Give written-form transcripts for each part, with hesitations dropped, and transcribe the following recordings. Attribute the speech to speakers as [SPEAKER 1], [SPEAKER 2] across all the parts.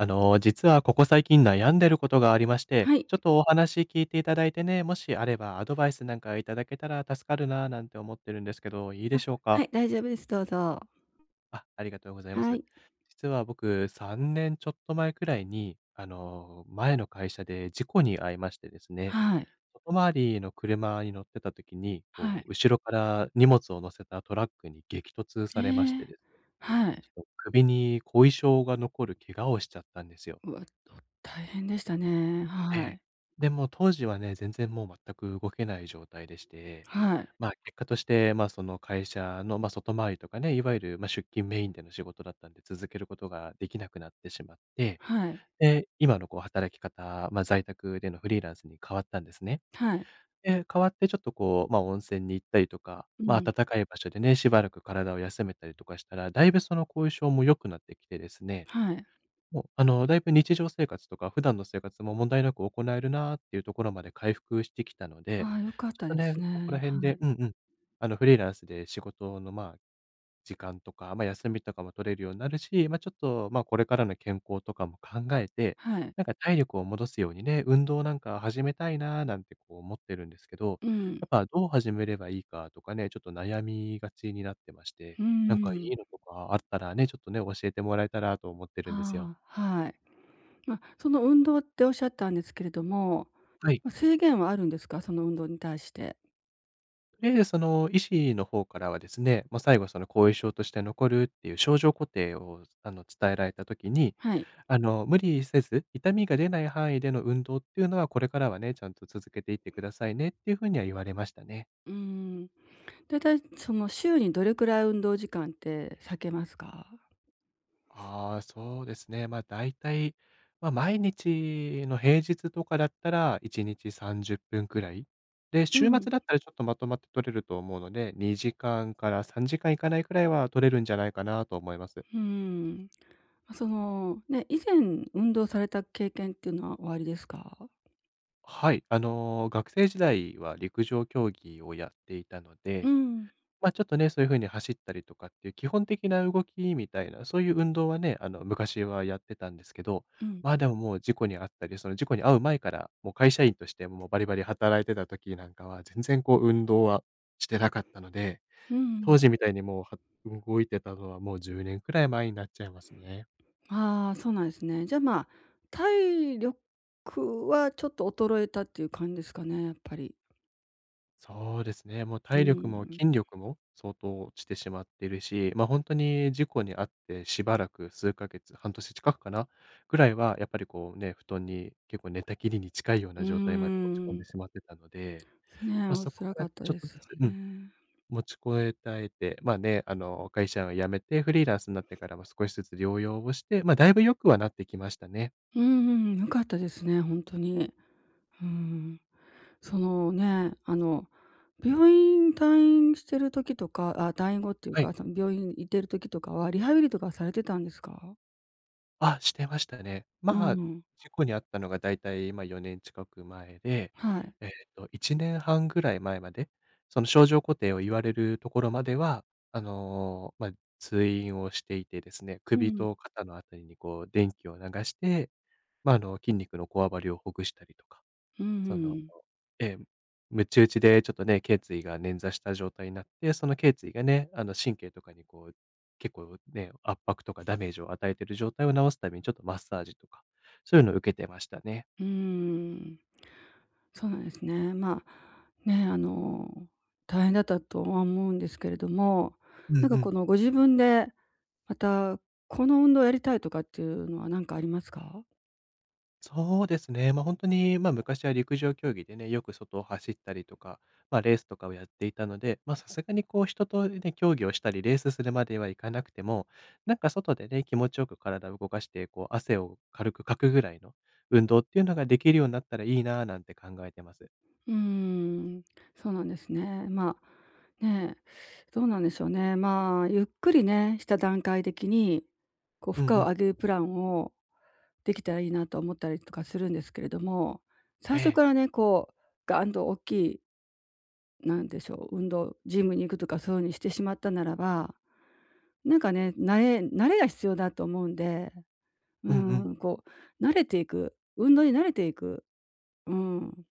[SPEAKER 1] 実はここ最近悩んでることがありまして、
[SPEAKER 2] はい。
[SPEAKER 1] ちょっとお話聞いていただいてね、もしあればアドバイスなんかいただけたら助かるなぁなんて思ってるんですけど、いいでしょう
[SPEAKER 2] は
[SPEAKER 1] か？
[SPEAKER 2] い、大丈夫です。どうぞ。
[SPEAKER 1] あ、ありがとうございま
[SPEAKER 2] は
[SPEAKER 1] す。
[SPEAKER 2] い。
[SPEAKER 1] 実は僕3年ちょっと前くらいに、前の会社で事故に遭いましてですね、
[SPEAKER 2] はい、
[SPEAKER 1] 外回りの車に乗ってた時に、
[SPEAKER 2] は
[SPEAKER 1] こ
[SPEAKER 2] い。
[SPEAKER 1] う後ろから荷物を乗せたトラックに激突
[SPEAKER 2] え
[SPEAKER 1] されまし
[SPEAKER 2] え、
[SPEAKER 1] てですね、
[SPEAKER 2] はい。
[SPEAKER 1] ちょっと首に後遺症が残る怪我をしちゃったんですよ。
[SPEAKER 2] うわ、大変でしたね。
[SPEAKER 1] え
[SPEAKER 2] は
[SPEAKER 1] え。
[SPEAKER 2] い。
[SPEAKER 1] で、もう当時はね、全然もう全く動けない状態でして、
[SPEAKER 2] はい。
[SPEAKER 1] 結果として、その会社の、外回りとかね、いわゆる、出勤メインでの仕事だったんで、続けることができなくなってしまって、
[SPEAKER 2] はい。
[SPEAKER 1] で、今のこう働き方、まあ、在宅でのフリーランスに変わったんですね。
[SPEAKER 2] はい。
[SPEAKER 1] で、変わってちょっとこう、まあ、温泉に行ったりとか、
[SPEAKER 2] う
[SPEAKER 1] まあ、
[SPEAKER 2] ん、
[SPEAKER 1] 暖かい場所でね、しばらく体を休めたりとかしたら、だいぶその後遺症も良くなってきてですね、
[SPEAKER 2] はい。
[SPEAKER 1] もう、だいぶ日常生活とか普段の生活も問題なく行えるなっていうところまで回復してきたので、
[SPEAKER 2] ああ、良かっ
[SPEAKER 1] ちょっ
[SPEAKER 2] た
[SPEAKER 1] と
[SPEAKER 2] で
[SPEAKER 1] ね、
[SPEAKER 2] すね。
[SPEAKER 1] ここら辺
[SPEAKER 2] は
[SPEAKER 1] で
[SPEAKER 2] い。
[SPEAKER 1] うんうん。フリーランスで仕事の、まあ、時間とか、まあ、休みとかも取れるようになるし、まあ、ちょっと、まあ、これからの健康とかも考えて、
[SPEAKER 2] はい。
[SPEAKER 1] なんか体力を戻すようにね、運動なんか始めたいななんてこう思ってるんですけど、
[SPEAKER 2] うん。
[SPEAKER 1] やっぱどう始めればいいかとかね、ちょっと悩みがちになってまして、
[SPEAKER 2] うー
[SPEAKER 1] なんかい
[SPEAKER 2] ん。
[SPEAKER 1] いのとかあったらね、ちょっとね、教えてもらえたらと思ってるんですよ。
[SPEAKER 2] ああ、はい。ま、その運動っておっしゃったんですけれども、
[SPEAKER 1] はい。
[SPEAKER 2] ま、制限はあるんですか？その運動に対して。
[SPEAKER 1] で、その医師の方からはですね、まあ、最後その後遺症として残るっていう症状固定を伝えられた時に、
[SPEAKER 2] はい。
[SPEAKER 1] あの無理せず、痛みが出ない範囲での運動っていうのはこれからはね、ちゃんと続けていってくださいねっていうふうには言われましたね。
[SPEAKER 2] うーん。だいたいその週にどれくらい運動時間って割けますか？
[SPEAKER 1] ああ、そうですね。ま、あ大体、ま、毎日の平日とかだったら1日30分くらい。で、
[SPEAKER 2] う
[SPEAKER 1] 週
[SPEAKER 2] ん、
[SPEAKER 1] 末だったらちょっとまとまって取れると思うので、2時間から3時間いかないくらいは取れるんじゃないかなと思います。
[SPEAKER 2] うーん。まその、ね、以前運動された経験っていうのはおありですか？
[SPEAKER 1] はい。学生時代は陸上競技をやっていたの
[SPEAKER 2] う
[SPEAKER 1] で、
[SPEAKER 2] ん、
[SPEAKER 1] ま、ちょっとね、そういう風に走ったりとかっていう基本的な動きみたいな、そういう運動はね、昔はやってたんですけど、
[SPEAKER 2] うん、
[SPEAKER 1] ま、あでももう事故に遭ったり、その事故に遭う前から、もう会社員としてもうバリバリ働いてた時なんかは、全然こう運動はしてなかったので、
[SPEAKER 2] うん。
[SPEAKER 1] 当時みたいにもうは動いてたのはもう10年くらい前になっちゃいますね。
[SPEAKER 2] ああ、そうなんですね。じゃ、体力はちょっと衰えたっていう感じですかね、やっぱり。
[SPEAKER 1] そうですね。もう
[SPEAKER 2] う
[SPEAKER 1] 体力
[SPEAKER 2] ー
[SPEAKER 1] も
[SPEAKER 2] ん、
[SPEAKER 1] 筋力も相当落ちてしまっているし、ま、あ本当に事故に遭ってしばらく数ヶ月、半年近くかな、ぐらいはやっぱりこうね、布団に結構寝たきりに近いよう
[SPEAKER 2] うー
[SPEAKER 1] な状態まで落ち込んでし
[SPEAKER 2] ん。
[SPEAKER 1] まってたの
[SPEAKER 2] で
[SPEAKER 1] で、
[SPEAKER 2] すね、
[SPEAKER 1] ま、
[SPEAKER 2] お
[SPEAKER 1] そこ
[SPEAKER 2] 辛
[SPEAKER 1] か
[SPEAKER 2] か
[SPEAKER 1] ら
[SPEAKER 2] っ
[SPEAKER 1] ち
[SPEAKER 2] た
[SPEAKER 1] ょっ
[SPEAKER 2] で
[SPEAKER 1] と
[SPEAKER 2] す
[SPEAKER 1] ずつう
[SPEAKER 2] よ
[SPEAKER 1] ん、
[SPEAKER 2] ね。
[SPEAKER 1] 持ちこえたえて、まあね、会社を辞めてフリーランスになってからも少しずつ療養をして、ま、だいぶ良くはなってきましたね。
[SPEAKER 2] うんん、良かったですね、本当に。うん。そのね、あの、病院退院してる時とかあ、退院後っていう
[SPEAKER 1] はい。
[SPEAKER 2] か、その病院行ってる時とかは、リハビリとかされてたんですか？
[SPEAKER 1] あ、してましたね。
[SPEAKER 2] う
[SPEAKER 1] まあ、
[SPEAKER 2] ん、
[SPEAKER 1] 事故に遭ったのがだいたい、ま、4年近く前で、
[SPEAKER 2] はい。
[SPEAKER 1] えっ1年半ぐらい前まで、その症状固定を言われるところまでは、あの、まあ、通院をしていてですね、
[SPEAKER 2] う
[SPEAKER 1] 首
[SPEAKER 2] ん、
[SPEAKER 1] と肩のあたりにこう電気を流して、まあ、筋肉のこわばりをほぐしたりとか
[SPEAKER 2] う
[SPEAKER 1] その、
[SPEAKER 2] ん、
[SPEAKER 1] ええ、むち打ちでちょっとね、頸椎が捻挫した状態になって、その頸椎がね、神経とかにこう、結構ね、圧迫とかダメージを与えている状態を治すために、ちょっとマッサージとか、そういうのを受けてましたね。
[SPEAKER 2] うん、そうなんですね。まあ、ね、あの、大変だったとは思うんですけれども、
[SPEAKER 1] う
[SPEAKER 2] なん
[SPEAKER 1] んう
[SPEAKER 2] かこ
[SPEAKER 1] ん。
[SPEAKER 2] のご自分で、またこの運動やりたいとかっていうのは何かありますか？
[SPEAKER 1] そうですね。ま、あ本当に、ま、昔は陸上競技でね、よく外を走ったりとか、ま、レースとかをやっていたので、ま、さすがにこう人とね、競技をしたりレースするまではいかなくても、なんか外でね、気持ちよく体を動かして、こう汗を軽くかくぐらいの運動っていうのができるようになったらいいなぁなんて考えてます。
[SPEAKER 2] うーん、そうなんですね。まあ、ねえ、どうなんでしょうね。まあ、ゆっくりね、した段階的に、こう
[SPEAKER 1] う
[SPEAKER 2] 負
[SPEAKER 1] んう
[SPEAKER 2] 荷を
[SPEAKER 1] ん。
[SPEAKER 2] 上げるプランをできたらいいなと思ったりとかするんですけれども、最
[SPEAKER 1] え
[SPEAKER 2] 初
[SPEAKER 1] え。
[SPEAKER 2] からね、こうガンと大きい、なんでしょう、運動、ジムに行くとかそういうふうにしてしまったならば、なんかね、慣れが必要だと思うんで、うー
[SPEAKER 1] うんうん。
[SPEAKER 2] ん、こう慣れていく、運動に慣れていく。うん。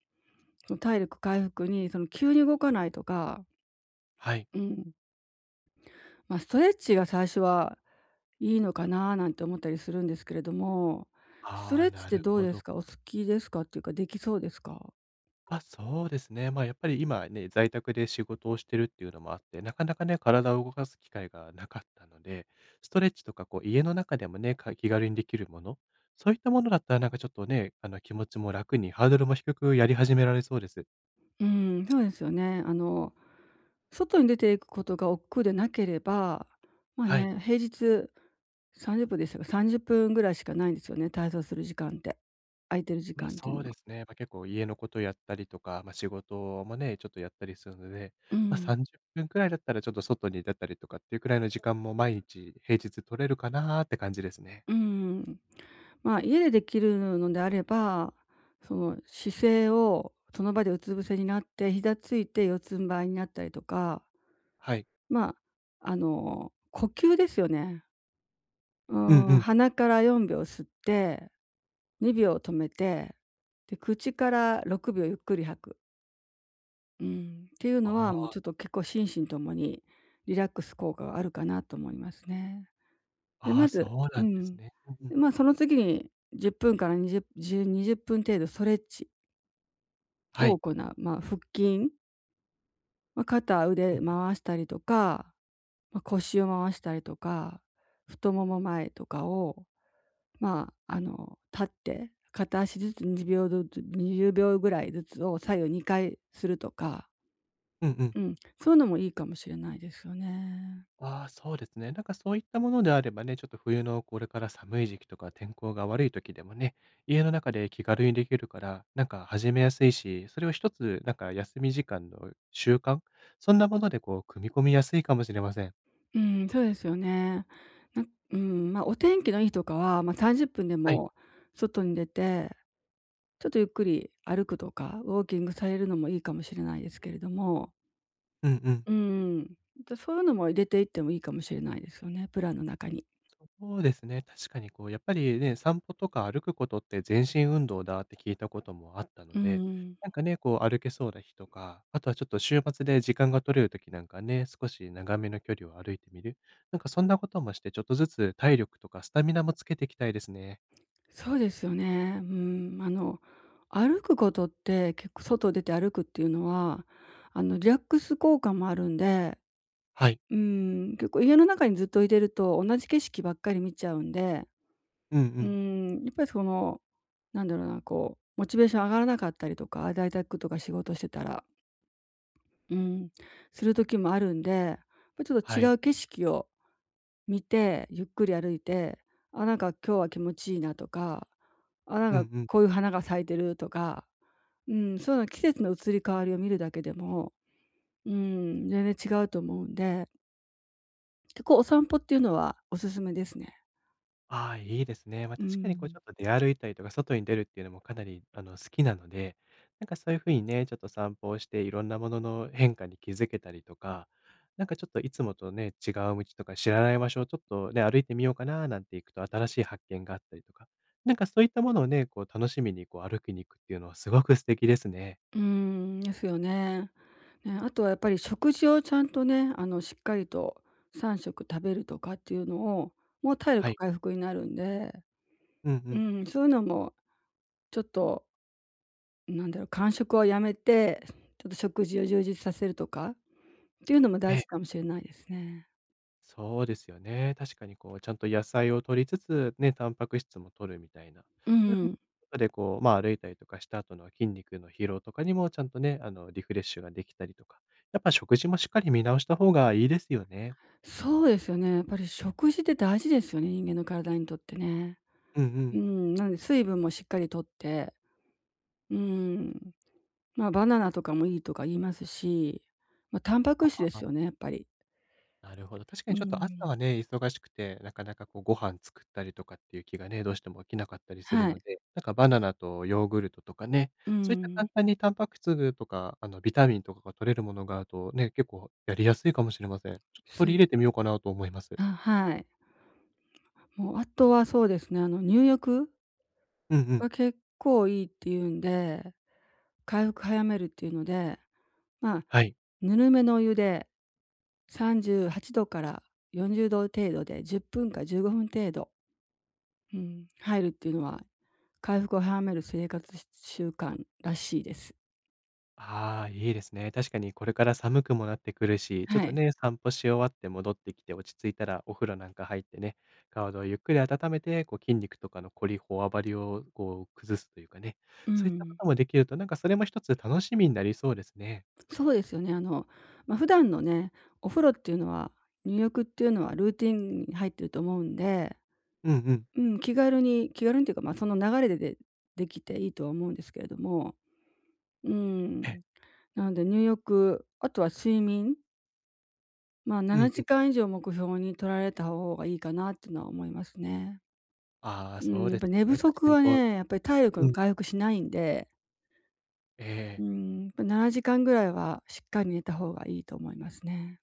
[SPEAKER 2] その体力回復に、その急に動かないとか、
[SPEAKER 1] はい。
[SPEAKER 2] うん、まあ、ストレッチが最初はいいのかななんて思ったりするんですけれども、スト
[SPEAKER 1] あ
[SPEAKER 2] レ
[SPEAKER 1] あ、
[SPEAKER 2] ッチっ
[SPEAKER 1] な
[SPEAKER 2] て
[SPEAKER 1] る
[SPEAKER 2] どう
[SPEAKER 1] ほ
[SPEAKER 2] です
[SPEAKER 1] ど。
[SPEAKER 2] か？お好きですかっていうか、できそうですか？
[SPEAKER 1] あ、そうですね。まあ、やっぱり今ね、在宅で仕事をしてるっていうのもあって、なかなかね、体を動かす機会がなかったので、ストレッチとか、こう、家の中でもね、か気軽にできるもの、そういったものだったら、なんかちょっとね、気持ちも楽に、ハードルも低くやり始められそうです。
[SPEAKER 2] うん、そうですよね。あの、外に出ていくことが億劫でなければ、まあ
[SPEAKER 1] はい。
[SPEAKER 2] ね、平日30分でしたか、30分ぐらいしかないんですよね、体操する時間って。空いてる時
[SPEAKER 1] まあ、
[SPEAKER 2] 間っていう
[SPEAKER 1] そう
[SPEAKER 2] の
[SPEAKER 1] で
[SPEAKER 2] は。
[SPEAKER 1] すね。まあ、結構家のことやったりとか、まあ、仕事もね、ちょっとやったりするので、
[SPEAKER 2] う
[SPEAKER 1] まあ、
[SPEAKER 2] ん。
[SPEAKER 1] 30分くらいだったら、ちょっと外に出たりとかっていうくらいの時間も毎日、平日取れるかなーって感じですね。
[SPEAKER 2] うん。まあ、家でできるのであれば、その姿勢をその場でうつ伏せになって、膝ついて四つん這いになったりとか、
[SPEAKER 1] はい。
[SPEAKER 2] まあ、あの、呼吸ですよね。う
[SPEAKER 1] うんう
[SPEAKER 2] ん、
[SPEAKER 1] ん。
[SPEAKER 2] 鼻から4秒吸って、2秒止めて、で、口から6秒ゆっくり吐く。うん、っていう
[SPEAKER 1] あ
[SPEAKER 2] のは、もうちょっ
[SPEAKER 1] あ。
[SPEAKER 2] と結構心身ともにリラックス効果があるかなと思いますね。で、
[SPEAKER 1] ああ、
[SPEAKER 2] ま
[SPEAKER 1] そ
[SPEAKER 2] ず
[SPEAKER 1] うな
[SPEAKER 2] う
[SPEAKER 1] んです
[SPEAKER 2] ん。
[SPEAKER 1] ね。うんうん。
[SPEAKER 2] で、まあ、その次に10分から20分程度ストレッチ
[SPEAKER 1] は
[SPEAKER 2] を
[SPEAKER 1] い。
[SPEAKER 2] 行う。まあ、腹筋、まあ、肩、
[SPEAKER 1] う
[SPEAKER 2] 腕
[SPEAKER 1] ん。
[SPEAKER 2] 回したりとか、まあ、腰を回したりとか、太もも前とかを、まあ、あの、立って片足ずつ2秒ずつ20秒ぐらいずつを左右2回するとか、
[SPEAKER 1] うんうん。
[SPEAKER 2] うん、そういうのもいいかもしれないですよね。
[SPEAKER 1] ああ、そうですね。なんかそういったものであればね、ちょっと冬のこれから寒い時期とか天候が悪い時でもね、家の中で気軽にできるから、なんか始めやすいし、それを一つなんか休み時間の習慣、そんなものでこう組み込みやすいかもしれません。
[SPEAKER 2] うん、そうですよね。なうん、まあ、お天気のいい日とかは、まあ、30分で
[SPEAKER 1] はい。
[SPEAKER 2] も外に出て、ちょっとゆっくり歩くとか、ウォーキングされるのもいいかもしれないですけれども、
[SPEAKER 1] うんうん。
[SPEAKER 2] うん、と、そういうのも入れていってもいいかもしれないですよね、プランの中に。
[SPEAKER 1] そうですね。確かにこう、やっぱりね、散歩とか歩くことって全身運動だって聞いたこともあったの
[SPEAKER 2] う
[SPEAKER 1] で、
[SPEAKER 2] ん、
[SPEAKER 1] なんかね、こう歩けそうな日とか、あとはちょっと週末で時間が取れる時なんかね、少し長めの距離を歩いてみる。なんかそんなこともして、ちょっとずつ体力とかスタミナもつけていきたいですね。
[SPEAKER 2] そうですよね。うん、あの、歩くことって、結構外出て歩くっていうのは、あの、リラックス効果もあるんで、
[SPEAKER 1] はい。
[SPEAKER 2] うん、結構家の中にずっといてると同じ景色ばっかり見ちゃうんで、
[SPEAKER 1] うんう
[SPEAKER 2] うー
[SPEAKER 1] ん。
[SPEAKER 2] ん、やっぱりその、なんだろうな、こう、モチベーション上がらなかったりとか、在宅とか仕事してたら、うん、する時もあるんで、やっぱちょっと
[SPEAKER 1] は
[SPEAKER 2] 違
[SPEAKER 1] い。
[SPEAKER 2] う景色を見て、ゆっくり歩いて、あ、なんか今日は気持ちいいなとか、あ、なん
[SPEAKER 1] うん
[SPEAKER 2] か
[SPEAKER 1] うん。
[SPEAKER 2] こういう花が咲いてるとか、うん、そういうの季節の移り変わりを見るだけでも、うん、全然違うと思うんで、結構お散歩っていうのはおすすめですね。
[SPEAKER 1] ああ、いいですね。まあ、
[SPEAKER 2] う
[SPEAKER 1] 確かにこうち
[SPEAKER 2] ん。
[SPEAKER 1] ょっと出歩いたりとか、外に出るっていうのもかなり、好きなので、なんかそういう風にね、ちょっと散歩をして、いろんなものの変化に気づけたりとか、なんかちょっといつもとね、違う道とか知らない場所をちょっとね、歩いてみようかななんて行くと新しい発見があったりとか、なんかそういったものをね、こう楽しみにこう歩きに行くっていうのはすごく素敵ですね。
[SPEAKER 2] うーん、ですよね。ね、あとはやっぱり食事をちゃんとね、あの、しっかりと3食食べるとかっていうのを、もう体
[SPEAKER 1] は
[SPEAKER 2] 力
[SPEAKER 1] い。
[SPEAKER 2] 回復になるんで、
[SPEAKER 1] うんう
[SPEAKER 2] う
[SPEAKER 1] ん。
[SPEAKER 2] ん、そういうのもちょっと、なんだろう、間食をやめて、ちょっと食事を充実させるとかっていうのも大
[SPEAKER 1] え
[SPEAKER 2] 事
[SPEAKER 1] え。
[SPEAKER 2] かもしれないですね。
[SPEAKER 1] そうですよね。確かにこう、ちゃんと野菜を摂りつつ、ね、タンパク質も摂るみたいな。
[SPEAKER 2] う
[SPEAKER 1] そういう風に
[SPEAKER 2] ん、
[SPEAKER 1] 後でこう、ま、歩いたりとかした後の筋肉の疲労とかにもちゃんとね、リフレッシュができたりとか、やっぱ食事もしっかり見直した方がいいですよね。
[SPEAKER 2] そうですよね。やっぱり食事って大事ですよね、人間の体にとってね。
[SPEAKER 1] うんう
[SPEAKER 2] う
[SPEAKER 1] ん。
[SPEAKER 2] ん、なので水分もしっかりとって、うん。まあ、バナナとかもいいとか言いますし、まあ、タンパク質ですよね、やっぱり。
[SPEAKER 1] なるほど。確か
[SPEAKER 2] う
[SPEAKER 1] にちょっと朝
[SPEAKER 2] ん。
[SPEAKER 1] はね、忙しくて、なかなかこうご飯作ったりとかっていう気がね、どうしても起きなかったりする
[SPEAKER 2] は
[SPEAKER 1] の
[SPEAKER 2] い。
[SPEAKER 1] で、なんかバナナとヨーグルトとかね、
[SPEAKER 2] う
[SPEAKER 1] そういった
[SPEAKER 2] ん。
[SPEAKER 1] 簡単にタンパク質とか、あのビタミンとかが取れるものがあるとね、結構やりやすいかもしれません。ちょっと
[SPEAKER 2] そう
[SPEAKER 1] 取
[SPEAKER 2] で
[SPEAKER 1] り入れて
[SPEAKER 2] す。
[SPEAKER 1] みようかなと思います。
[SPEAKER 2] あ、はい。もうあとはそうですね、あの、入浴
[SPEAKER 1] うんうん。
[SPEAKER 2] が結構いいっていうんで、回復早めるっていうので、まあ、
[SPEAKER 1] はい。
[SPEAKER 2] ぬるめのお湯で38度から40度程度で10分か15分程度、うん、入るっていうのは、回復を早める生活習慣らしいです。
[SPEAKER 1] ああ、いいですね。確かにこれから寒くもなってくるし、ちょっ
[SPEAKER 2] は
[SPEAKER 1] と
[SPEAKER 2] い。
[SPEAKER 1] ね、散歩し終わって戻ってきて落ち着いたらお風呂なんか入ってね、体をゆっくり温めて、こう筋肉とかのリり、こわばりをこう崩すというかね、
[SPEAKER 2] う
[SPEAKER 1] そういったこ
[SPEAKER 2] ん。
[SPEAKER 1] ともできると、なんかそれも一つ楽しみになりそうですね。
[SPEAKER 2] そうですよね。あの、まあ、普段のね、お風呂っていうのは、入浴っていうのはルーティンに入ってると思うんで、
[SPEAKER 1] うんうん。
[SPEAKER 2] うん、気軽にっていうか、その流れでできていいとは思うんですけれども、うー
[SPEAKER 1] ええ。
[SPEAKER 2] ん、なので入浴、あとは睡眠、まあ、
[SPEAKER 1] う
[SPEAKER 2] 7
[SPEAKER 1] んうん。
[SPEAKER 2] 時間以上目標に取られた方がいいかなっていうのは思いますね。
[SPEAKER 1] ああ、
[SPEAKER 2] うー
[SPEAKER 1] そ
[SPEAKER 2] ん、
[SPEAKER 1] う
[SPEAKER 2] やっ
[SPEAKER 1] で
[SPEAKER 2] ぱ
[SPEAKER 1] すよ
[SPEAKER 2] 寝不
[SPEAKER 1] ね。確
[SPEAKER 2] 足
[SPEAKER 1] かに
[SPEAKER 2] は
[SPEAKER 1] こ
[SPEAKER 2] ね、やっぱり体力
[SPEAKER 1] う
[SPEAKER 2] の
[SPEAKER 1] うん、
[SPEAKER 2] 回復しないんで、
[SPEAKER 1] え
[SPEAKER 2] うー
[SPEAKER 1] え。
[SPEAKER 2] ん、やっぱ7時間ぐらいはしっかり寝た方がいいと思いますね。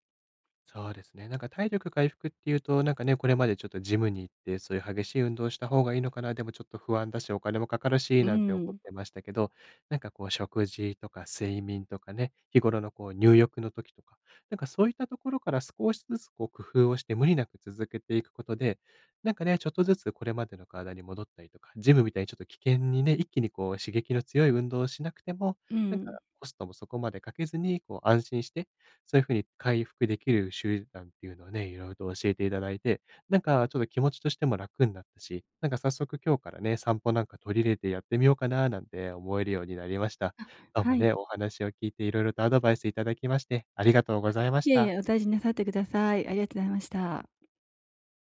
[SPEAKER 1] そうですね。なんか体力回復っていうと、なんかね、これまでちょっとジムに行って、そういう激しい運動をした方がいいのかな、でもちょっと不安だし、お金もかかるし、
[SPEAKER 2] う
[SPEAKER 1] なんて思っ
[SPEAKER 2] ん、
[SPEAKER 1] てましたけど、なんかこう食事とか睡眠とかね、日頃のこう入浴の時とか、なんかそういったところから少しずつこう工夫をして無理なく続けていくことで、なんかね、ちょっとずつこれまでの体に戻ったりとか、ジムみたいにちょっと危険にね、一気にこう刺激の強い運動をしなくても、
[SPEAKER 2] う
[SPEAKER 1] なんか
[SPEAKER 2] ん。
[SPEAKER 1] コストもそこまでかけずに、こう安心してそういう風に回復できる手段っていうのをね、色々と教えていただいて、なんかちょっと気持ちとしても楽になったし、なんか早速今日からね、散歩なんか取り入れてやってみようかななんて思えるようになりました。
[SPEAKER 2] あ、
[SPEAKER 1] どう
[SPEAKER 2] は
[SPEAKER 1] も
[SPEAKER 2] い。
[SPEAKER 1] ね、お話を聞いて色々とアドバイスいただきまして、ありがとうございまし
[SPEAKER 2] いえい
[SPEAKER 1] た。
[SPEAKER 2] え、お大事になさってください。ありがとうございました。